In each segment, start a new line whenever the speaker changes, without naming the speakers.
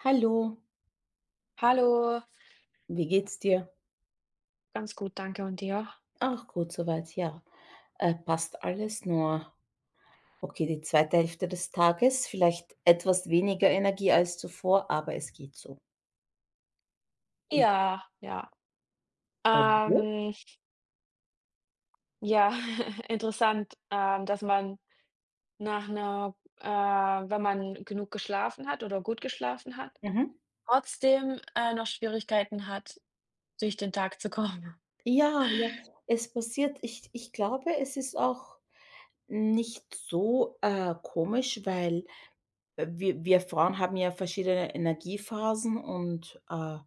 Hallo,
Hallo,
wie geht's dir?
ganz gut, danke und dir?
Ach, gut soweit, ja. Passt alles nur. Okay, die zweite Hälfte des Tages, vielleicht etwas weniger Energie als zuvor, aber es geht so. Und
Ja, ja.
bei dir?
Ähm, ja, interessant, dass man nach einer, wenn man genug geschlafen hat oder gut geschlafen hat,
Mhm.
trotzdem, noch Schwierigkeiten hat, durch den Tag zu kommen.
Ja, ja, es passiert. Ich glaube, es ist auch nicht so komisch, weil wir Frauen haben ja verschiedene Energiephasen und,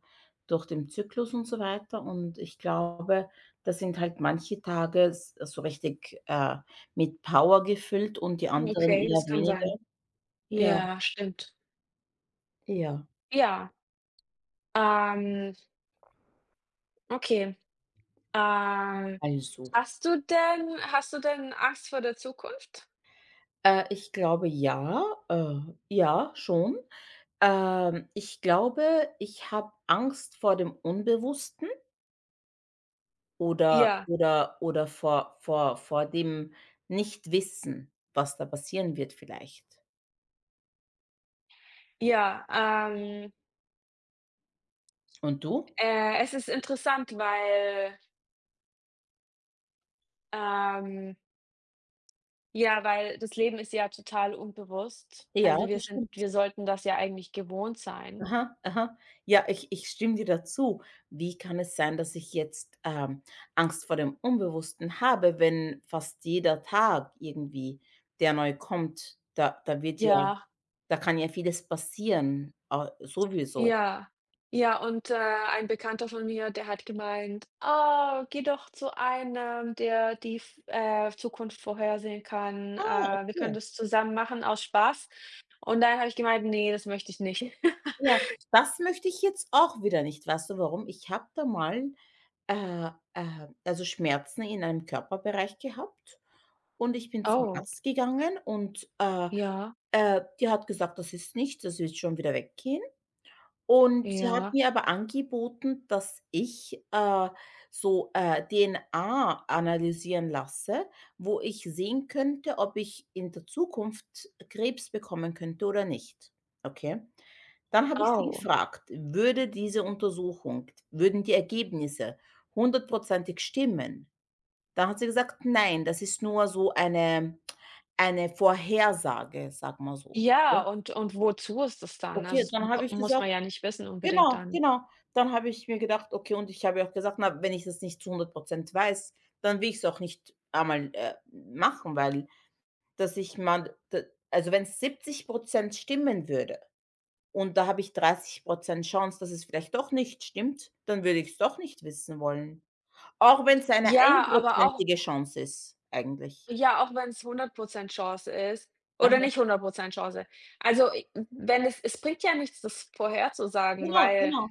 durch den Zyklus und so weiter. Und ich glaube, da sind halt manche Tage s so richtig, mit Power gefüllt und die anderen
Okay,
eher
das kann
weniger.
sein.
Ja,
Ja, stimmt.
ja.
Ja, ähm, okay. Ähm,
Also,
hast du denn Angst vor der Zukunft?
ich glaube ja, ja, schon. Ich glaube, ich habe Angst vor dem Unbewussten. Oder
Ja,
oder oder vor dem Nichtwissen, was da passieren wird vielleicht.
ja,
Und du?
Es ist interessant, weil, ähm ja, weil das Leben ist ja total unbewusst.
Ja,
Also,
das stimmt.
wir sollten das ja eigentlich gewohnt sein.
Aha, aha. Ja, ich stimme dir dazu. Wie kann es sein, dass ich jetzt, Angst vor dem Unbewussten habe, wenn fast jeder Tag irgendwie, der neu kommt, da wird ja
Ja,
da kann ja vieles passieren, ah, sowieso.
ja. Ja, und, ein Bekannter von mir, der hat gemeint: „Oh, geh doch zu einem, der die F Zukunft vorhersehen kann.
Ah,
Wir können
okay.
das zusammen machen aus Spaß.“ Und dann habe ich gemeint: „Ne, das möchte ich nicht.“
Ja, das möchte ich jetzt auch wieder nicht. Weißt du warum? Ich habe da mal, also Schmerzen in einem Körperbereich gehabt und ich bin zum
Oh,
Arzt gegangen und,
ja,
die hat gesagt: „Das ist nichts, das wird schon wieder weggehen.“ Und sie hat
ja,
mir aber angeboten, dass ich, so, DNA analysieren lasse, wo ich sehen könnte, ob ich in der Zukunft Krebs bekommen könnte oder nicht, okay? Dann habe ich sie
oh.
gefragt, würde diese Untersuchung würden die Ergebnisse hundertprozentig stimmen? Dann hat sie gesagt: „Nein, das ist nur so eine Vorhersage“, sag mal so.
Ja, und wozu ist das dann? Also,
Okay,
das
dann
mu
habe ich
muss
gesagt
man ja nicht wissen unbedingt
genau,
dann.
genau. Dann habe ich mir gedacht okay, und ich habe ja auch gesagt: „Na, wenn ich das nicht zu 100 Prozent weiß, dann will ich es auch nicht einmal, machen“, weil dass ich mal d also, wenn es 70 Prozent stimmen würde und da habe ich 30 Prozent Chance, dass es vielleicht doch nicht stimmt, dann würde ich es doch nicht wissen wollen. Auch wenn es eine
Ja, aber auch,
einprozentige Chance ist eigentlich.
ja, auch wenn's 100 Chance ist oder
Aha,
nicht 100 Chance. Also, i wenn es bringt ja nichts, das vorherzusagen,
genau,
weil
genau,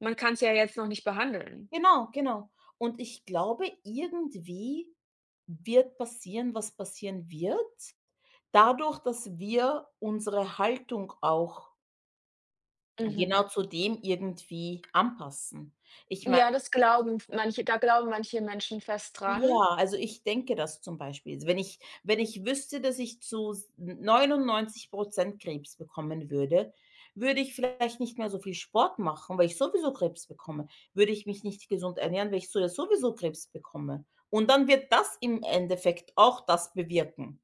man kann es ja jetzt noch nicht behandeln.
genau, genau. Und ich glaube, irgendwie wird passieren, was passieren wird. Dadurch, dass wir unsere Haltung auch
Mhm.
genau zu dem irgendwie anpassen. Ich meine
Ja, das glauben manche da glauben manche Menschen fest dran.
ja, also ich denke das zum Beispiel. Also wenn ich wenn ich wüsste, dass ich zu s 99 Prozent Krebs bekommen würde, würde ich vielleicht nicht mehr so viel Sport machen, weil ich sowieso Krebs bekomme. Würde ich mich nicht gesund ernähren, weil ich so ja sowieso Krebs bekomme. Und dann wird das im Endeffekt auch das bewirken.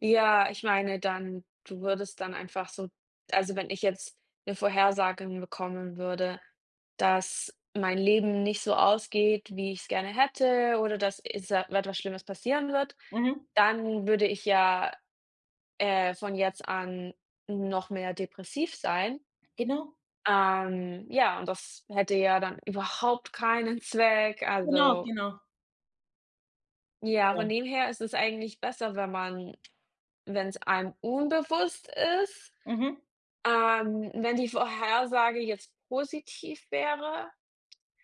Ja, ich meine, dann du würdest dann einfach so also, wenn ich jetzt eine Vorhersage bekommen würde, dass mein Leben nicht so ausgeht, wie ich es gerne hätte, oder dass es e etwas Schlimmes passieren wird,
Mhm.
dann würde ich ja, von jetzt an noch mehr depressiv sein.
Genau.
Ja, und das hätte ja dann überhaupt keinen Zweck.
Genau,
Also,
genau.
ja, von
Ja.
dem her ist es eigentlich besser, wenn es einem unbewusst ist.
Mhm.
Wenn die Vorhersage jetzt positiv wäre,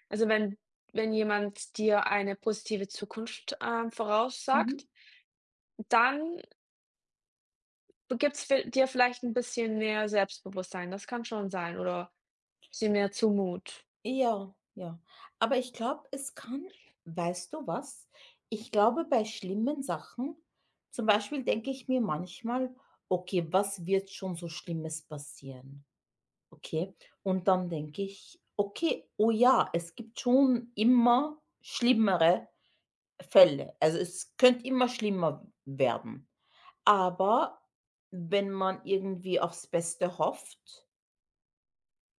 also wenn jemand dir eine positive Zukunft,
Mhm.
voraussagt, dann gibt's vi dir vielleicht ein bisschen mehr Selbstbewusstsein. Das kann schon sein, oder ein bisschen mehr Zumut.
Ja, ja. Aber ich glaube, es kann weißt du was? Ich glaube, bei schlimmen Sachen zum Beispiel denke ich mir manchmal: „Okay, was wird schon so Schlimmes passieren?“ Okay? Und dann denke ich: „Okay, oh ja, es gibt schon immer schlimmere Fälle. Also, es könnte immer schlimmer werden.“ Aber wenn man irgendwie aufs Beste hofft,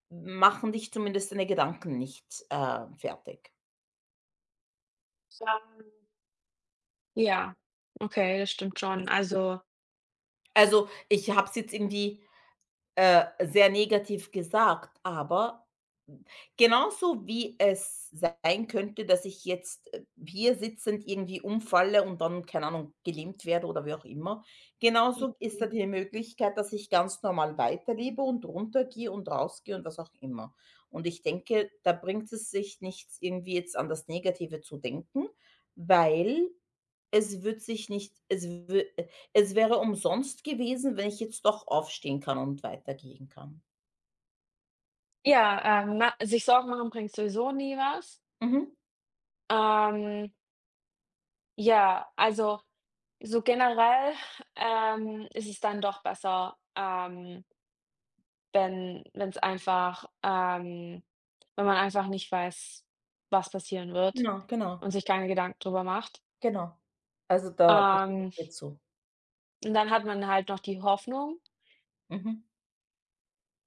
machen dich zumindest deine Gedanken nicht, fertig.
Ähm, ja, okay, das stimmt schon. Also,
Also, ich habe es jetzt irgendwie, sehr negativ gesagt, aber genauso wie es sein könnte, dass ich jetzt, hier sitzend irgendwie umfalle und dann, keine Ahnung, gelähmt werde oder wie auch immer, genauso ist
mhm,
da die Möglichkeit, dass ich ganz normal weiterlebe und runtergehe und rausgehe und was auch immer. Und ich denke, da bringt es sich nichts, irgendwie jetzt an das Negative zu denken, weil es wird sich nicht es wü es wäre umsonst gewesen, wenn ich jetzt doch aufstehen kann und weitergehen kann.
ja, ma sich Sorgen machen bringt sowieso nie was.
Mhm.
Ähm, ja, also, so generell, ist es dann doch besser, wenn es einfach, wenn man einfach nicht weiß, was passieren wird,
Genau, genau,
und sich keine Gedanken drüber macht.
genau. Also, da stimme
Ähm,
ich dir zu.
und dann hat man halt noch die Hoffnung.
Mhm,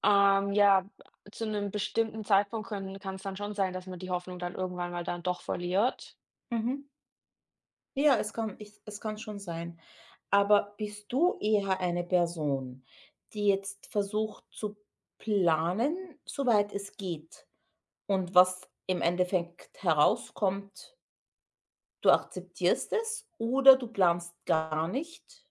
Ja, zu einem bestimmten Zeitpunkt können kann es dann schon sein, dass man die Hoffnung dann irgendwann mal dann doch verliert.
mhm. Ja, es kann schon sein. Aber bist du eher eine Person, die jetzt versucht zu planen, soweit es geht und was im Endeffekt herauskommt, du akzeptierst es oder du planst gar nicht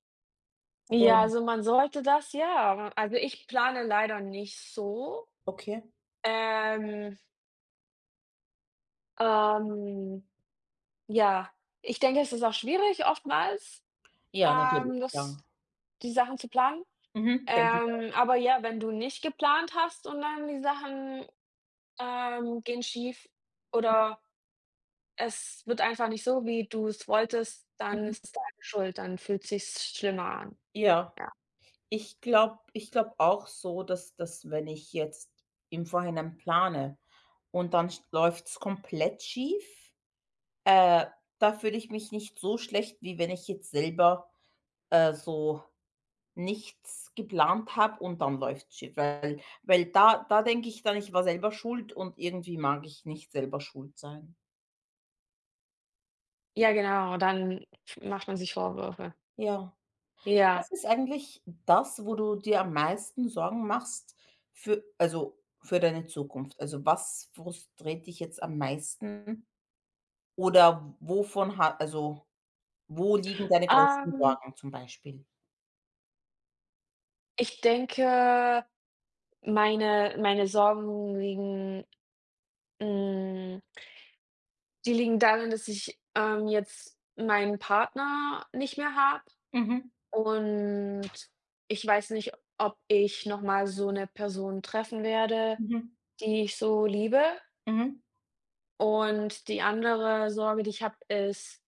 Ja,
und
also man sollte das ja. Also, ich plane leider nicht so.
okay.
Ähm, ähm, ja, ich denke, es ist auch schwierig oftmals,
Ja, natürlich,
das
ja.
die Sachen zu planen.
Mhm. Denke ich auch.
Aber ja, wenn du nicht geplant hast und dann die Sachen, gehen schief, oder es wird einfach nicht so, wie du es wolltest, dann
Mhm.
ist es deine Schuld, dann fühlt sich's schlimmer an.
Ja,
Ja.
ich glaube auch so, dass wenn ich jetzt im Vorhinein plane und dann sch läuft's komplett schief, äh, da fühle ich mich nicht so schlecht, wie wenn ich jetzt selber, so nichts geplant habe und dann läuft's schief, weil da denke ich dann, ich war selber schuld und irgendwie mag ich nicht selber schuld sein.
Ja, genau, dann macht man sich Vorwürfe.
Ja.
Ja,
Was ist eigentlich das, wo du dir am meisten Sorgen machst für also, für deine Zukunft? Also, was frustriert dich jetzt am meisten oder wovon hat also, wo liegen deine größten
ähm
Sorgen zum Beispiel?
ich denke, meine Sorgen liegen, hm, die liegen darin, dass ich, jetzt meinen Partner nicht mehr habe,
Mhm,
und ich weiß nicht, ob ich noch mal so eine Person treffen werde,
mhm,
die ich so liebe.
mhm.
Und die andere Sorge, die ich habe, ist,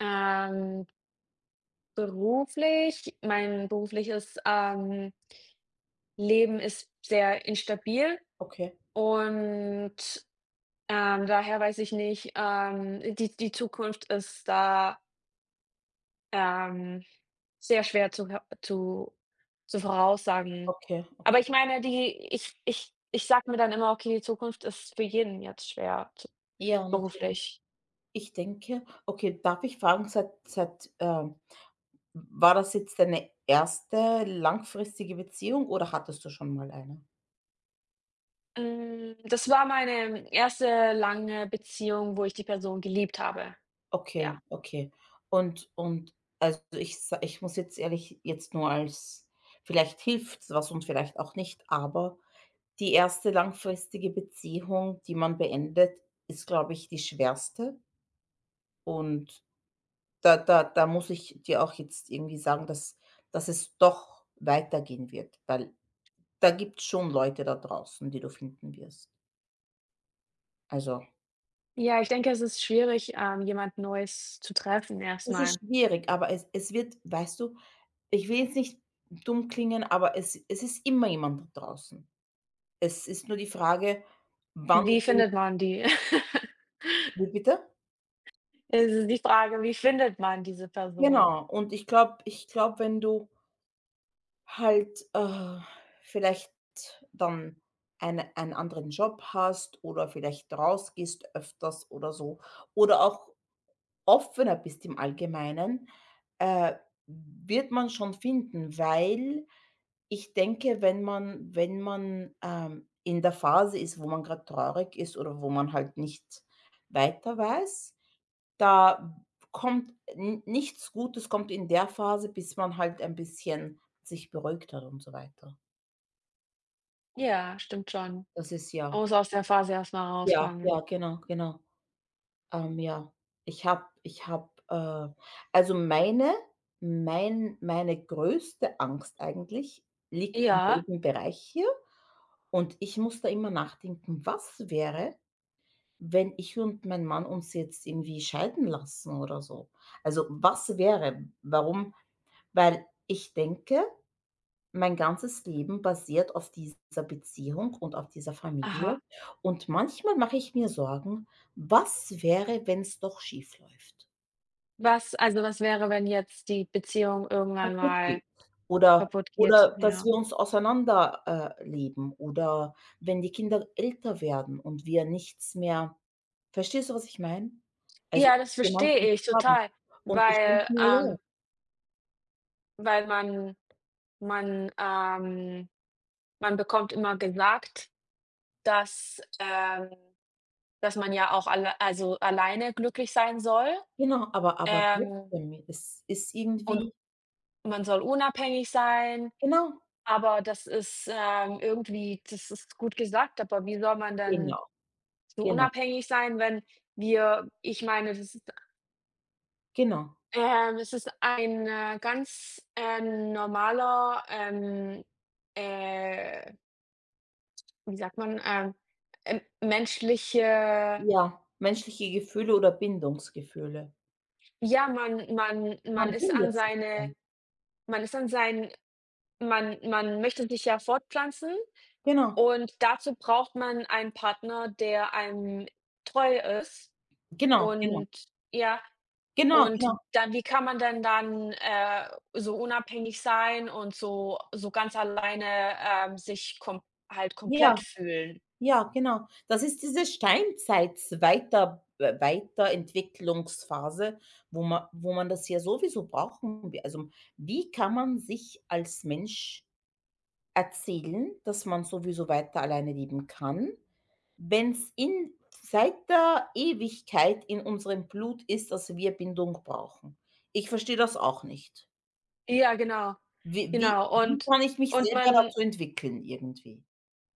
ähm, beruflich. Mein berufliches, Leben ist sehr instabil,
Okay,
und daher weiß ich nicht, die die Zukunft ist da, ähm, sehr schwer zu her zu voraussagen.
okay, okay.
Aber ich meine, die ich sag mir dann immer: „Okay, die Zukunft ist für jeden jetzt schwer zu,
Ja, natürlich.
beruflich.“
Ich denke okay, darf ich fragen, war das jetzt deine erste langfristige Beziehung oder hattest du schon mal eine?
Das war meine erste lange Beziehung, wo ich die Person geliebt habe,
Okay,
ja.
okay. Und also, ich muss jetzt ehrlich jetzt nur als vielleicht hilft was und vielleicht auch nicht, aber die erste langfristige Beziehung, die man beendet, ist, glaube ich, die schwerste. Und da muss ich dir auch jetzt irgendwie sagen, dass es doch weitergehen wird, weil da gibt's schon Leute da draußen, die du finden wirst. Also,
Ja, ich denke, es ist schwierig, jemand Neues zu treffen
es ist
erstmal.
schwierig, aber es wird weißt du ich will jetzt nicht dumm klingen, aber es ist immer jemand da draußen. Es ist nur die Frage, wann
Wie
du
findet man die?
wie bitte?
Es ist die Frage, wie findet man diese Person?
Genau. Und ich glaube, wenn du halt, vielleicht dann einen anderen Job hast oder vielleicht rausgehst öfters oder so oder auch offener bist im Allgemeinen, äh, wird man schon finden, weil ich denke, wenn man wenn man in der Phase ist, wo man gerade traurig ist oder wo man halt nicht weiter weiß, da kommt n nichts Gutes kommt in der Phase, bis man halt ein bisschen sich beruhigt hat und so weiter.
Ja, stimmt schon.
Das ist
Man
ja
muss aus der Phase erst mal
ja,
rauskommen.
ja, genau, genau. Ja, ich habe ich habe, äh also meine größte Angst eigentlich liegt im
Ja,
selben Bereich hier. Und ich muss da immer nachdenken: „Was wäre, wenn ich und mein Mann uns jetzt irgendwie scheiden lassen oder so?“ Also, was wäre? Warum? Weil ich denke, mein ganzes Leben basiert auf dieser Beziehung und auf dieser Familie.
aha.
Und manchmal mache ich mir Sorgen: „Was wäre, wenn es doch schiefläuft,
Was Also, was wäre, wenn jetzt die Beziehung irgendwann
kaputt geht
mal
oder
kaputt geht?
oder dass
Ja.
wir uns auseinander leben oder wenn die Kinder älter werden und wir nichts mehr Verstehst du, was ich meine? Also,
Ja, das
gemeinsames
verstehe ich
haben.
total,
Und ich denke
weil,
mir ja, ja,
weil man, man bekommt immer gesagt, dass, dass man ja auch alle also, alleine glücklich sein soll,
genau, aber
ähm,
trotzdem, es ist
und
irgendwie
man soll unabhängig sein.
genau,
Aber das ist, irgendwie, das ist gut gesagt, aber wie soll man denn
genau,
so
genau,
unabhängig sein, wenn wir ich meine, das ist,
genau.
es ist ein, ganz, normaler, äh, wie sagt man, menschliche,
Ja, menschliche Gefühle oder Bindungsgefühle.
ja, man
Man
ist an
bindet sich
seine
dran.
man ist an sein, man möchte sich ja fortpflanzen,
Genau,
und dazu braucht man einen Partner, der einem treu ist.
genau, genau,
Und ja,
genau,
und
genau.
dann, wie kann man denn dann, so unabhängig sein und so so ganz alleine, sich kom halt komplett
Ja,
fühlen?
ja, genau. Das ist diese Steinzeit-Weiterentwicklungsphase, wo man das ja sowieso brauchen wi also, wie kann man sich als Mensch erzählen, dass man sowieso weiter alleine leben kann. Wenn's in seit der Ewigkeit in unserem Blut ist, dass wir Bindung brauchen. Ich verstehe das auch nicht.
Ja, genau.
Wie wie
Genau.
wie kann ich mich
Und
selber
man
dazu entwickeln irgendwie?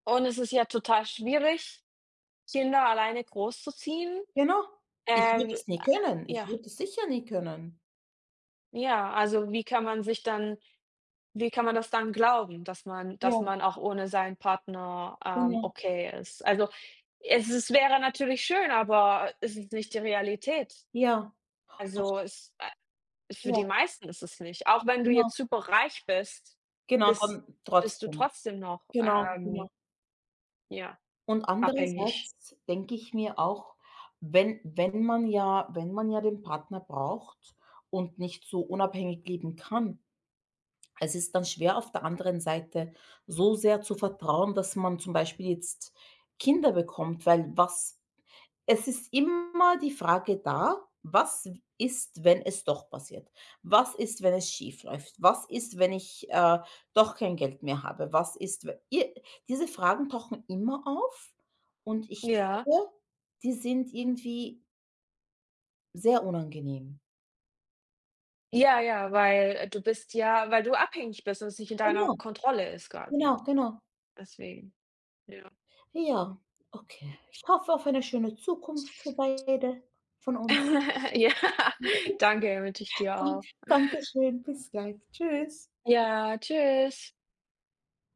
und es ist ja total schwierig, Kinder alleine großzuziehen.
Genau. Ich würde
Ähm,
es nie können. Ich
ja,
würde es sicher nie können.
ja, also, wie kann man das dann glauben,
Ja,
dass man auch ohne seinen Partner,
genau.
okay ist? Also, es wäre natürlich schön, aber es ist nicht die Realität.
Ja, auf
Also, es für die
ja,
meisten ist es nicht. Auch wenn du
genau.
jetzt superreich bist,
Genau,
bist
dann
bist du
trotzdem.
trotzdem noch,
Genau, genau.
ja,
Und
abhängig.
andererseits denke ich mir auch, wenn wenn man ja den Partner braucht und nicht so unabhängig leben kann, es ist dann schwer, auf der anderen Seite so sehr zu vertrauen, dass man zum Beispiel jetzt Kinder bekommt, weil was es ist immer die Frage da: „Was ist, wenn es doch passiert? Was ist, wenn es schief läuft? Was ist, wenn ich, doch kein Geld mehr habe? Was ist, we“ i diese Fragen tauchen immer auf und ich
Ja.
glaube, die sind irgendwie sehr unangenehm.
Ja, ja, weil, du bist ja weil du abhängig bist und es nicht in deiner
Genau,
Kontrolle ist quasi.
genau, genau.
Deswegen, ja.
Ja, okay. Ich hoffe auf eine schöne Zukunft für beide von uns.
Ja, danke, wünsche ich dir auch.
Dankeschön. Bis gleich. Tschüss.
Ja, tschüss.